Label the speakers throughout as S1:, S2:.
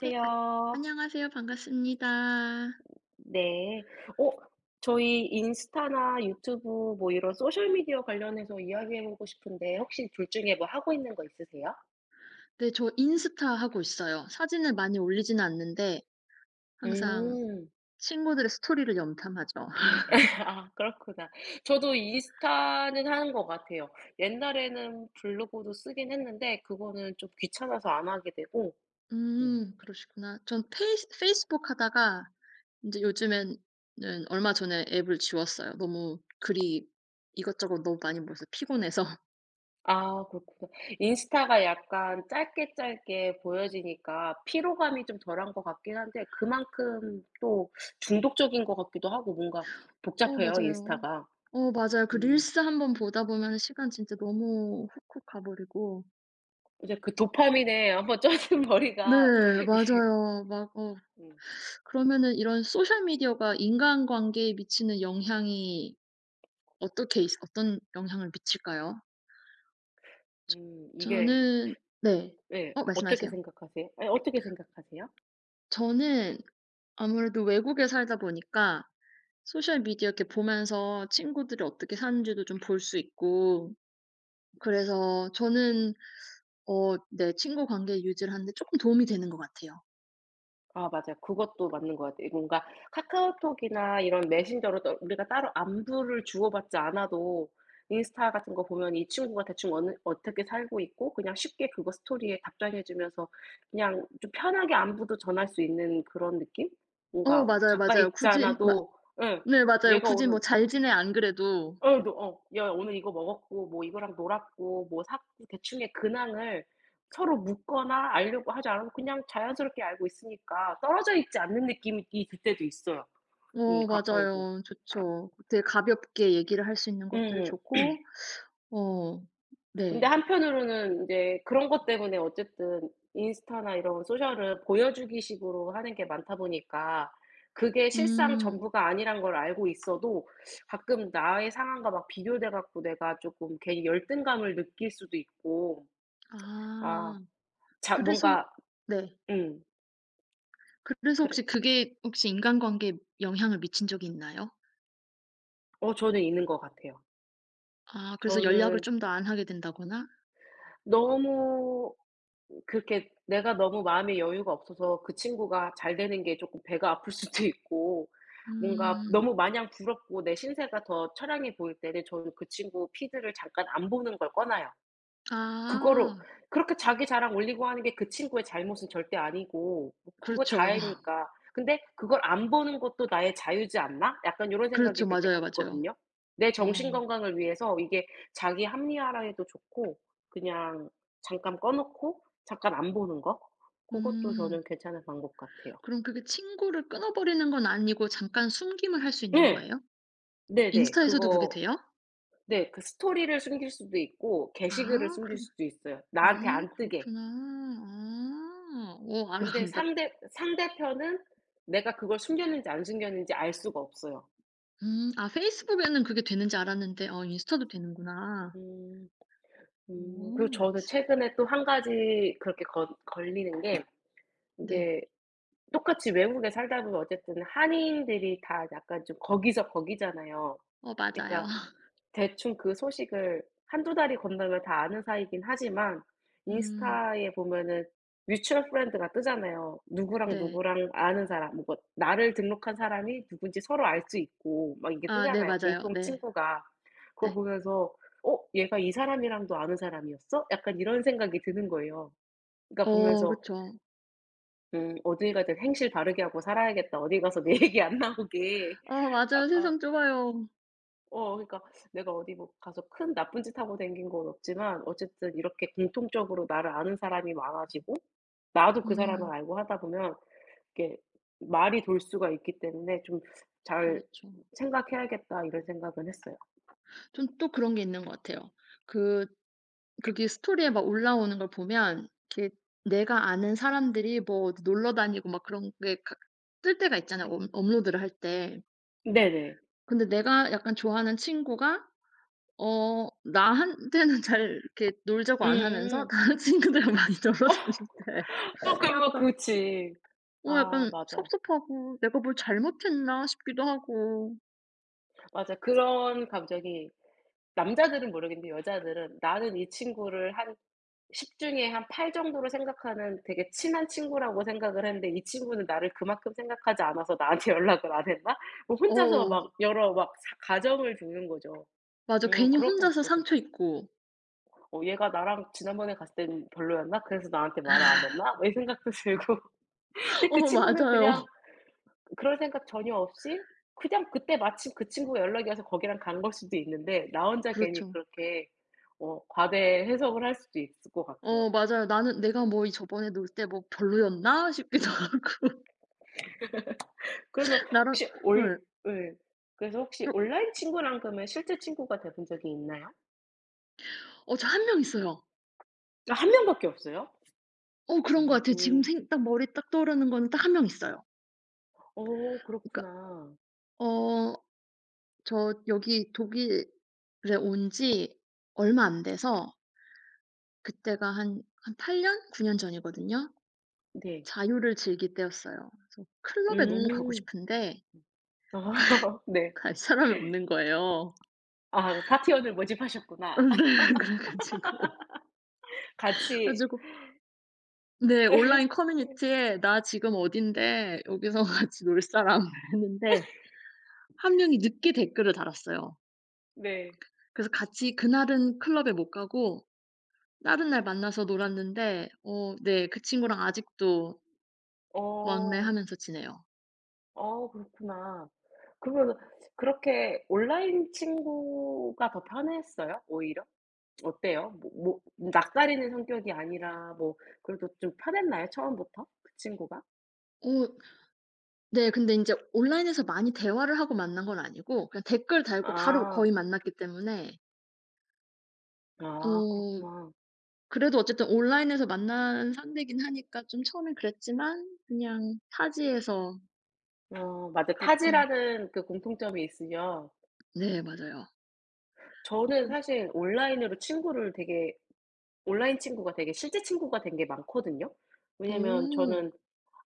S1: 네. 아, 안녕하세요. 반갑습니다.
S2: 네. 어 저희 인스타나 유튜브 뭐 이런 소셜 미디어 관련해서 이야기해 보고 싶은데 혹시 둘 중에 뭐 하고 있는 거 있으세요?
S1: 네. 저 인스타 하고 있어요. 사진을 많이 올리지는 않는데 항상
S2: 음.
S1: 친구들의 스토리를 염탐하죠.
S2: 아, 그렇구나. 저도 인스타는 하는 것 같아요. 옛날에는 블로그도 쓰긴 했는데 그거는 좀 귀찮아서 안 하게 되고. 음.
S1: 그러시구나. 전 페이스북 하다가 이제 요즘에는 얼마 전에 앱을 지웠어요. 너무 글이 이것저것 너무 많이 모여서 피곤해서.
S2: 아, 그렇구나. 인스타가 약간 짧게 짧게 보여지니까 피로감이 좀 덜한 것 같긴 한데 그만큼 또 중독적인 것 같기도 하고 뭔가
S1: 어,
S2: 복잡해요,
S1: 맞아요.
S2: 인스타가.
S1: 어, 맞아요. 그
S2: 음.
S1: 릴스 한번 보다 보면 시간 진짜 너무 훅훅 가 버리고
S2: 이제 그 도파민에 한번 젖은
S1: 네.
S2: 머리가 이게.
S1: 맞아요. 막어
S2: 음
S1: 그러면은 이런 소셜 미디어가 인간관계에 미치는 영향이 어떻게 있 어떤 영향을 미칠까요?
S2: 이게
S1: 저는. 네.
S2: 예,
S1: 어,
S2: 어떻게
S1: 말씀하세요.
S2: 생각하세요? 아니, 어떻게 생각하세요?
S1: 저는 아무래도 외국에 살다 보니까 소셜 미디어 이렇게 보면서 친구들이 어떻게 사는지도 좀 볼 수 있고. 그래서 저는 어 네 친구 관계 유지를 하는데 쪼끔 도움이 되는 것 같아요.
S2: 아, 맞아요. 그것도 맞는 것 같아요. 뭔가 카카오톡이나 이런 메신저로 또 우리가 따로 안부를 주고받지 않아도 인스타 같은 거 보면 이 친구가 대충 어느 어떻게 살고 있고 그냥 쉽게 그거 스토리에 답장해 주면서 그냥 좀 편하게 안부도 전할 수 있는 그런 느낌?
S1: 어,
S2: 뭔가
S1: 맞아요,
S2: 가까이
S1: 맞아요.
S2: 있지
S1: 굳이 마
S2: 않아도. 응,
S1: 네 맞아요.
S2: 얘가
S1: 굳이
S2: 오늘
S1: 뭐 잘 지내 안 그래도.
S2: 어 너 어 "야, 오늘 이거 먹었고 뭐 이거랑 놀았고 뭐 샀고." 대충의 근황을 서로 묻거나 알려고 하지 않아도 그냥 자연스럽게 알고 있으니까 떨어져 있지 않는 느낌이 들 때도 있어요. 음,
S1: 어,
S2: 가까이도.
S1: 맞아요. 좋죠. 되게 가볍게 얘기를 할 수 있는 것들이
S2: 음.
S1: 좋고. 어.
S2: 근데
S1: 네.
S2: 한편으로는 이제 그런 것 때문에 어쨌든 인스타나 이런 소셜을 보여주기 식으로 하는 게 많다 보니까 그게 실상
S1: 음.
S2: 전부가 아니란 걸 알고 있어도 가끔 나의 상황과 막 비교돼 갖고 내가 조금 괜히 열등감을 느낄 수도 있고. 아,
S1: 아.
S2: 자
S1: 그래서.
S2: 뭔가.
S1: 네.
S2: 음
S1: 그래서
S2: 그래
S1: 혹시 그게 혹시 인간관계에 영향을 미친 적이 있나요?
S2: 저는 있는 것 같아요.
S1: 아, 그래서 연락을
S2: 저는
S1: 좀 더 안 하게 된다거나?
S2: 너무, 그렇게 내가 너무 마음의 여유가 없어서 그 친구가 잘 되는 게 쪼끔 배가 아플 수도 있고 뭔가
S1: 음.
S2: 너무 마냥 부럽고 내 신세가 더 처량해 보일 때는 저는 그 친구 피드를 잠깐 안 보는 걸 꺼 놔요. 그거를,
S1: 아.
S2: 그렇게 자기 자랑 올리고 하는 게 그 친구의 잘못은 절대 아니고 뭐 그거
S1: 그렇죠.
S2: 자해니까. 근데 '그걸 안 보는 것도 나의 자유지 않나?' 약간 요런 생각이
S1: 그렇죠.
S2: 들 때가
S1: 맞아요, 맞아요.
S2: 있거든요. 내 정신
S1: 어.
S2: 건강을 위해서 이게 자기 합리화라해도 좋고 그냥 잠깐 꺼 놓고 잠깐 안 보는 거, 고것도
S1: 음.
S2: 저는 괜찮은 방법 같아요.
S1: 그럼 그게 친구를 끊어버리는 건 아니고 잠깐 숨김을 할 수 있는
S2: 예.
S1: 거예요?
S2: 네네.
S1: 인스타에서도 그게
S2: 그거
S1: 돼요?
S2: 네, 그 스토리를 숨길 수도 있고
S1: 아
S2: 게시글을
S1: 그
S2: 숨길
S1: 럼
S2: 수도 있어요.
S1: 아,
S2: 나한테 안 뜨게.
S1: 그렇구나. 아. 어,
S2: 근데
S1: 알아간다.
S2: 상대편은 내가 그걸 숨겼는지 안 숨겼는지 알 수가 없어요.
S1: 음. 아 페이스북에는 그게 되는지 알았는데 어 인스타도 되는구나.
S2: 음.
S1: 오
S2: 음. 그리고
S1: 알겠
S2: 저는
S1: 어다
S2: 최근에 또 한 가지 그렇게 걸 걸리는 게
S1: 네.
S2: 이게, 똑같이 외국에 살다 보면 어쨌든 한인들이 다 약간 좀 거기서 거기잖아요.
S1: 어, 맞아요.
S2: 그러니까 대충 그 소식을 한두 달이 건너면 다 아는 사이긴 하지만
S1: 음.
S2: 인스타에 보면은 뮤추얼 프렌드가 뜨잖아요. 누구랑
S1: 네.
S2: 누구랑 아는 사람 뭐 나를 등록한 사람이 누군지 서로 알 수 있고 막 이게
S1: 아 네,
S2: 뜨잖아요,
S1: 맞아요.
S2: 공통
S1: 네.
S2: 친구가. 그거
S1: 네.
S2: 보면서 '어, 얘가 이 사람이랑도 아는 사람이었어?' 약간 이런 생각이 드는 거예요. 그러니까
S1: 어,
S2: 보면서
S1: 그쵸.
S2: '음, 어딜 가든 행실 바르게 하고 살아야겠다. 어디 가서 내 얘기 안 나오게.'
S1: 어, 맞아요.
S2: 약간,
S1: 세상 좁아요.
S2: 그러니까 내가 어디 뭐 가서 큰 나쁜 짓 하고 댕긴 건 없지만 어쨌든 이렇게 공통적으로 나를 아는 사람이 많아지고 나도 그 사람을
S1: 음.
S2: 알고 하다 보면 이게 말이 돌 수가 있기 때문에 좀 '잘
S1: 그렇죠.
S2: 생각해야겠다.' 이런 생각은 했어요.
S1: 전 또 그런 게 있는 것 같아요. 그 그게 스토리에 막 올라오는 걸 보면 이렇게 내가 아는 사람들이 뭐 어디 놀러 다니고 막 그런 게 가 뜰 때가 있잖아요, 업 업로드를 할 때.
S2: 네네.
S1: 근데 내가 약간 좋아하는 친구가 어 나한테는 잘 이렇게 놀자고 안 하면서
S2: 음.
S1: 다른 친구들이랑 많이 놀러 다닐 때
S2: 어 그거
S1: 약간
S2: 그렇지.
S1: 어
S2: 아,
S1: 약간
S2: 맞아요.
S1: 섭섭하고 '내가 뭘 잘못했나?' 싶기도 하고.
S2: 맞아. 그런 감정이, 남자들은 모르겠는데 여자들은 '나는 이 친구를 한 10 중에 한 8 정도로 생각하는 되게 친한 친구라고 생각을 했는데 이 친구는 나를 그만큼 생각하지 않아서 나한테 연락을 안 했나? 뭐 혼자서
S1: 어,
S2: 막 여러 막 사 가정을 두는 거죠.
S1: 맞아.
S2: 음,
S1: 괜히
S2: 그러고
S1: 혼자서
S2: 있었거든.
S1: 상처 입고.
S2: '어, 얘가 나랑 지난번에 갔을 땐 별로였나? 그래서 나한테 말을 안 했나?' 뭐 이 생각도 들고. 근데 그
S1: 어,
S2: 친구는
S1: 맞아요.
S2: 그냥 그럴 생각 전혀 없이 그냥 그때 마침 그 친구가 연락이 와서 거기랑 간 걸 수도 있는데 나 혼자 괜히
S1: 그렇죠.
S2: 그렇게 어 과대 해석을 할 수도 있을 것 같아요.
S1: 어, 맞아요. '나는 내가 뭐 이 저번에 놀 때 뭐 별로였나?' 싶기도 하고
S2: 그러면
S1: 나랑.
S2: 혹시 올,
S1: 예.
S2: 예. 그래서 혹시
S1: 어.
S2: 온라인 친구랑 그러면 실제 친구가 돼 본 적이 있나요?
S1: 어, 저 한 명 있어요.
S2: 아, 한 명밖에 없어요?
S1: 어, 그런 것 같아요. 지금
S2: 오.
S1: 생 딱 머리에 딱 떠오르는 거는 딱 한 명 있어요.
S2: 어,
S1: 그러니까
S2: 그렇구나.
S1: 어 저 여기 독일에 온지 얼마 안 돼서 그때가 한 8년, 9년 전이거든요.
S2: 네.
S1: 자유를 즐길 때였어요. 그래서 클럽에 너무 가고
S2: 음.
S1: 싶은데
S2: 아 네.
S1: 갈 사람이 없는 거예요.
S2: 아, 파티원을 모집하셨구나.
S1: 네. 그래 가지고. 그래
S2: 같이.
S1: 가지고 네
S2: 예.
S1: 온라인 커뮤니티에 "나 지금 어딘데 여기서 같이 놀 사람." 했는데 한 명이 늦게 댓글을 달았어요.
S2: 네.
S1: 그래서 같이 그날은 클럽에 못 가고 다른 날 만나서 놀았는데 어 네 그 친구랑 아직도
S2: 어.
S1: 왕래하면서 지내요.
S2: 어, 그렇구나. 그러면은 그렇게 온라인 친구가 더 편했어요? 오히려? 어때요? 뭐 뭐 낯가리는 성격이 아니라 뭐 그래도 좀 편했나요? 처음부터? 그 친구가?
S1: 어 네. 근데 인제 온라인에서 많이 대화를 하고 만난 건 아니고 그냥 댓글 달고 바로
S2: 아.
S1: 거의 만났기 때문에.
S2: 아,
S1: 어.
S2: 그렇구나.
S1: 그래도 어쨌든 온라인에서 만난 상대긴 하니까 좀 처음엔 그랬지만 그냥 타지에서
S2: 어, 맞아.
S1: 같은
S2: 타지라는 그 공통점이 있으면.
S1: 네 맞아요.
S2: 저는
S1: 그.
S2: 사실 온라인으로 친구를 되게, 온라인 친구가 되게 실제 친구가 된 게 많거든요.
S1: 오.
S2: 왜냐면 저는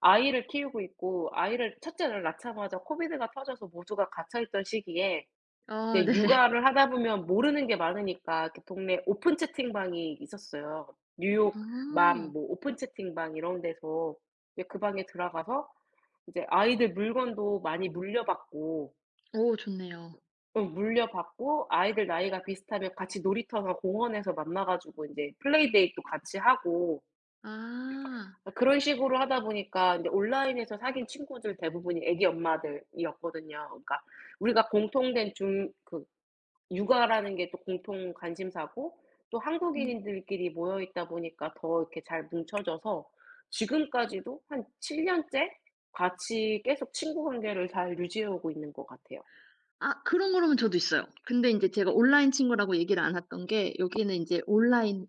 S2: 아이를 키우고 있고 아이를 첫째를 낳자마자 코비드가 터져서 모두가 갇혀 있던 시기에
S1: 아,
S2: 이제
S1: 네.
S2: 육아를 하다 보면 모르는 게 많으니까 이렇게 동네 오픈 채팅방이 있었어요. 뉴욕 맘
S1: 아.
S2: 뭐 오픈 채팅방 이런 데서 이제 그 방에 들어가서 이제 아이들 물건도 많이 물려받고,
S1: 오, 좋네요.
S2: 어 물려받고 아이들 나이가 비슷하면 같이 놀이터나 공원에서 만나 가지고 인제 플레이데이트도 같이 하고.
S1: 아.
S2: 어 그런 식으로 하다 보니까 인제 온라인에서 사귄 친구들 대부분이 애기 엄마들이었거든요. 그러니까 우리가 공통된 중그 육아라는 게 또 공통 관심사고 또
S1: 음.
S2: 한국인들끼리 모여 있다 보니까 더 이렇게 잘 뭉쳐져서 지금까지도 한 7 년째 같이 계속 친구 관계를 잘 유지해 오고 있는 것 같아요.
S1: 아 그런 거라면 저도 있어요. 근데 인제 제가 온라인 친구라고 얘기를 안 했던 게 여기는 인제 온라인에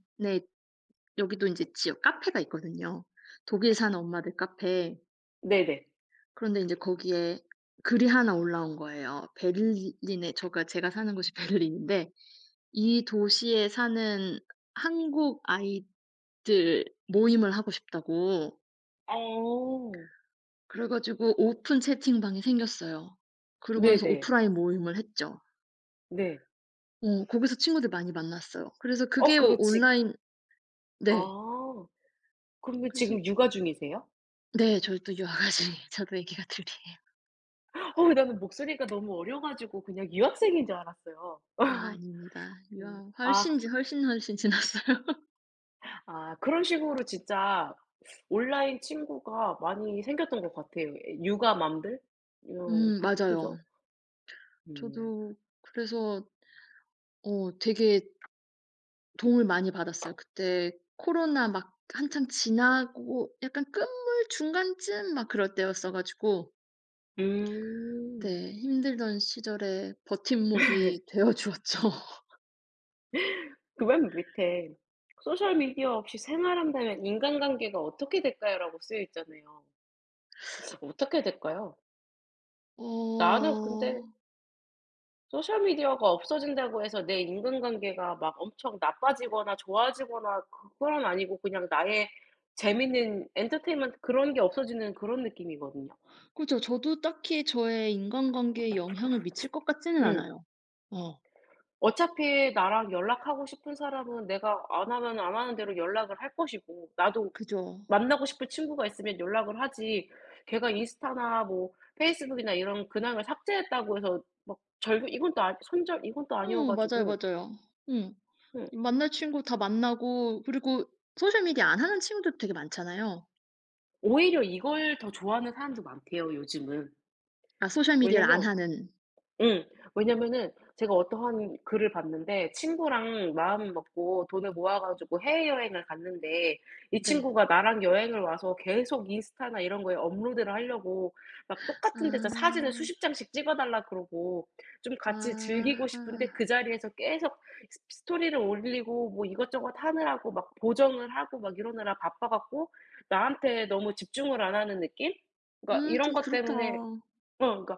S1: 여기도 인제 지역 카페가 있거든요. 독일 사는 엄마들 카페.
S2: 네네.
S1: 그런데 인제 거기에 글이 하나 올라온 거예요. 베를린에 저가 제가 사는 곳이 베를린인데 이 도시에 사는 한국 아이들 모임을 하고 싶다고.
S2: 어.
S1: 그래 가지고 오픈 채팅방이 생겼어요. 그러고 나서
S2: 네네.
S1: 오프라인 모임을 했죠.
S2: 네.
S1: 어, 거기서 친구들 많이 만났어요. 그래서
S2: 어
S1: 그게 오
S2: 그럼 지,
S1: 온라인. 네.
S2: 아, 그러면
S1: 그래서.
S2: 지금 육아 중이세요?
S1: 네. 저희 또 유아가지 저도 얘기가 2 이에요.
S2: 어, 나는 목소리가 너무 어려 가지고 그냥 유학생인 줄 알았어요.
S1: 아 아닙니다.
S2: 음.
S1: 이야
S2: 아.
S1: 훨씬 지났어요.
S2: 아, 그런 식으로 진짜 온라인 친구가 많이 생겼던 것 같아요. 예 육아맘들? 이런.
S1: 음, 맞아요.
S2: 그죠? 음.
S1: 저도. 그래서 어 되게 도움을 많이 받았어요. 그때 코로나 막 한창 지나고 약간 끝물 중간쯤 막 그럴 때였어 가지고
S2: 음.
S1: 네 힘들던 시절에 버팀목이 되어 주었죠.
S2: 그 맨 밑에 "소셜 미디어 없이 생활한다면 인간관계가 어떻게 될까요?"라고 쓰여 있잖아요. 어떻게 될까요?
S1: 어
S2: 나는 근데 소셜 미디어가 없어진다고 해서 내 인간관계가 막 엄청 나빠지거나 좋아지거나 그건 아니고 그냥 나의 재밌는 엔터테인먼트 그런 게 없어지는 그런 느낌이거든요.
S1: 그죠. 저도 딱히 저의 인간관계에 영향을 미칠 것 같지는
S2: 응.
S1: 않아요. 어.
S2: 어차피 나랑 연락하고 싶은 사람은 내가 안 하면 안 하는 대로 연락을 할 것이고 나도
S1: 그죠.
S2: 만나고 싶은 친구가 있으면 연락을 하지. 걔가 인스타나 뭐 페이스북이나 이런 근황을 삭제했다고 해서 막절 이건 또 아니 손절 이건 또 아니어
S1: 응, 맞아요,
S2: 가지고.
S1: 맞아요. 음.
S2: 응.
S1: 만날 친구 다 만나고 그리고 소셜 미디어 안 하는 친구들도 되게 많잖아요.
S2: 오히려 이걸 더 좋아하는 사람도 많대요, 요즘은.
S1: 아, 소셜 미디어를 안
S2: 왜냐면,
S1: 하는.
S2: 음, 왜냐면은 제가 어떠한 글을 봤는데, 친구랑 마음 먹고 돈을 모아 가지고 해외여행을 갔는데 이
S1: 네.
S2: 친구가 나랑 여행을 와서 계속 인스타나 이런 거에 업로드를 하려고 막 똑같은 데서 사진을 수십
S1: 아.
S2: 장씩 찍어 달라 그러고. 좀
S1: 아.
S2: 같이 즐기고
S1: 아.
S2: 싶은데
S1: 아.
S2: 그 자리에서 계속 스 스토리를 올리고 뭐 이것저것 하느라고 막 보정을 하고 막 이러느라 바빠 갖고 나한테 너무 집중을 안 하는 느낌? 그러니까
S1: 음,
S2: 이런
S1: 좀
S2: 것
S1: 그렇다.
S2: 때문에, 그러니까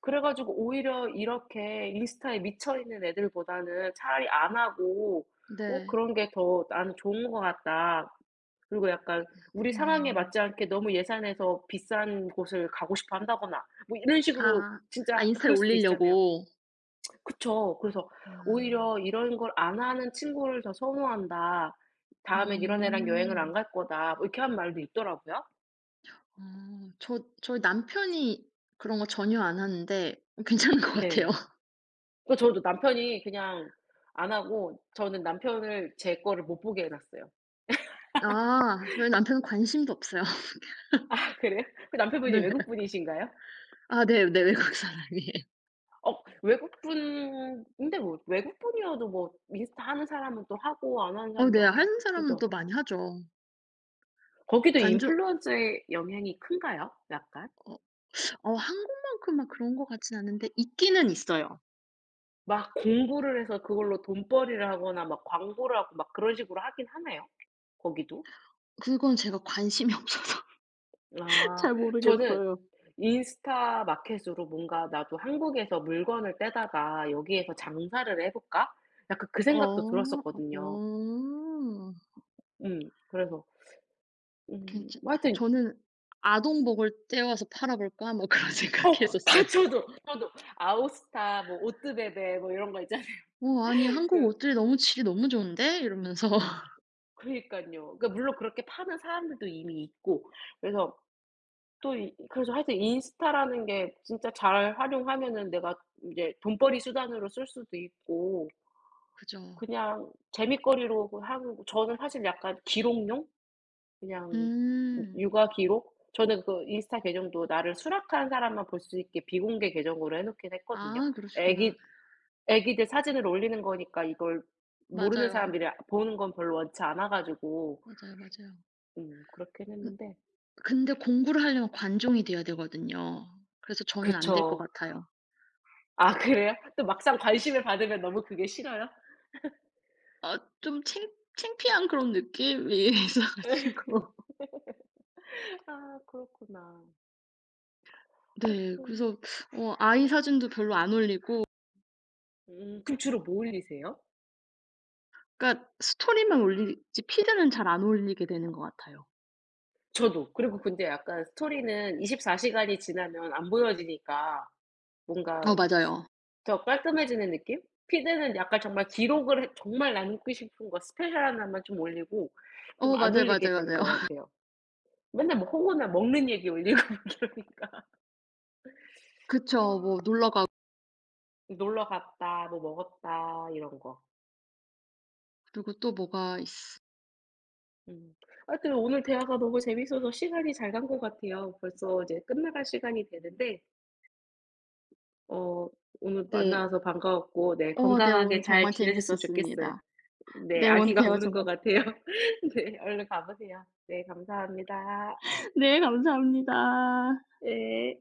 S2: 그래 가지고 오히려 이렇게 인스타에 미쳐 있는 애들보다는 차라리 안 하고 어
S1: 네.
S2: '그런 게 더 나는 좋은 것 같다.' 그리고 약간 우리 상황에
S1: 음.
S2: 맞지 않게 너무 예산에서 비싼 곳을 가고 싶어 한다거나 뭐 이런 식으로
S1: 아. 아,
S2: 진짜
S1: 인스타에
S2: 그럴 수도 있잖아요.
S1: 올리려고.
S2: 그쵸. 그래서 오히려
S1: 아.
S2: '이런 걸 안 하는 친구를 더 선호한다. 다음엔 이런 애랑 여행을 안
S1: 음.
S2: 갈 거다.' 뭐 이렇게 한 말도 있더라고요.
S1: 아. 저 저희 남편이 그런 거 전혀 안 하는데 괜찮은 것 같아요.
S2: 네. 그 저도 남편이 그냥 안 하고 저는 남편을 제 거를 못 보게 해 놨어요.
S1: 아. 저희 남편은 관심도 없어요.
S2: 아 그래요? 그 남편분이
S1: 네.
S2: 외국분이신가요?
S1: 아 네. 네. 외국 사람이에요.
S2: 어, 외국분 근데 뭐 외국분이어도 뭐 인스타 하는 사람은 또 하고 안 하는
S1: 어
S2: 사람도
S1: 네.
S2: 안 하고
S1: 한국 사람은
S2: 그죠?
S1: 또 많이 하죠.
S2: 거기도
S1: 관조.
S2: 인플루언서의 영향이 큰가요? 약간?
S1: 어. 어 한국만큼 막 그런 것 같진 않은데 있기는 있어요.
S2: 막 공부를 해서 그걸로 돈벌이를 하거나 막 광고를 하고 막 그런 식으로 하긴 하나요? 거기도?
S1: 그건 제가 관심이 없어서
S2: 아.
S1: 잘
S2: 저는
S1: 모르겠어요.
S2: 인스타 마켓으로 뭔가 '나도 한국에서 물건을 떼다가 여기에서 장사를 해 볼까?' 약간 그 생각도
S1: 어.
S2: 들었었거든요.
S1: 어.
S2: 음. 그래서
S1: 괜찮.
S2: 뭐 하여튼,
S1: 저는 '아동복을 떼와서 팔아볼까?' 뭐 그런
S2: 어 다,
S1: 생각했었어요.
S2: 저도. 아오스타 뭐 오뜨베베 뭐 이런 거 있잖아요.
S1: '어 아니 한국
S2: 그
S1: 옷들이 너무 질이 너무 좋은데?' 이러면서.
S2: 그러니까요. 그니까요 그러니까 물론 그렇게 파는 사람들도 이미 있고 그래서 또 이 그래서 하여튼 인스타라는 게 진짜 잘 활용하면은 내가 이제 돈벌이 수단으로 쓸 수도 있고
S1: 그죠.
S2: 그냥 재미거리로 그 하고. 저는 사실 약간 기록용? 그냥
S1: 음.
S2: 육아 기록? 저는 그 인스타 계정도 나를 수락한 사람만 볼 수 있게 비공개 계정으로 해 놓긴 했거든요.
S1: 아, 그러시구나.
S2: 애기 애기들 사진을 올리는 거니까 이걸 모르는
S1: 맞아요.
S2: 사람들이 아 보는 건 별로 원치 않아 가지고.
S1: 맞아요, 맞아요.
S2: 음, 그렇긴
S1: 음.
S2: 했는데.
S1: 근데 공부를 하려면 관종이 돼야 되거든요. 그래서 저는 안 될 것
S2: 그쵸.
S1: 같아요.
S2: 아 그래요? 또 막상 관심을 받으면 너무 그게 싫어요?
S1: 아, 좀 창 창피한 그런 느낌이 있어 가지고
S2: 아, 그렇구나.
S1: 네
S2: 하여튼.
S1: 그래서 어 아이 사진도 별로 안 올리고
S2: 음, 그럼 주로 뭐 올리세요?
S1: 그러니까 스토리만 올리지 피드는 잘 안 올리게 되는 것 같아요.
S2: 저도. 그리고 근데 약간 스토리는 24 시간이 지나면 안 보여지니까
S1: 어,
S2: 뭔가
S1: 맞아요.
S2: 더 깔끔해지는 느낌? 피드는 약간 정말 기록을 해 정말 남기고 싶은 거 스페셜 하나만 좀 올리고 좀
S1: 어,
S2: 안
S1: 맞아요,
S2: 올리게
S1: 맞아요,
S2: 되는
S1: 맞아요.
S2: 것 같아요. 맨날 뭐 호구나 먹는 얘기 올리고 막 이러니까.
S1: 그쵸.
S2: 어.
S1: 뭐 놀러 가고
S2: "놀러 갔다." "뭐 먹었다." 이런 거.
S1: 그리고 또 뭐가 있.
S2: 음. 하여튼 오늘 대화가 너무 재밌어서 시간이 잘 간 것 같아요. 벌써 이제 끝나갈 시간이 되는데, 어, 오늘
S1: 네.
S2: 만나서 반가웠고 네
S1: 어 네,
S2: 건강하게
S1: 오늘
S2: 잘
S1: 정말
S2: 지내셨으면 좋겠어요.
S1: 재미있었습니다.
S2: 네,
S1: 네 오늘
S2: 아기가
S1: 대화
S2: 우는 것
S1: 정말
S2: 같아요. 네 얼른 가 보세요. 네 감사합니다.
S1: 네, 감사합니다.
S2: 네.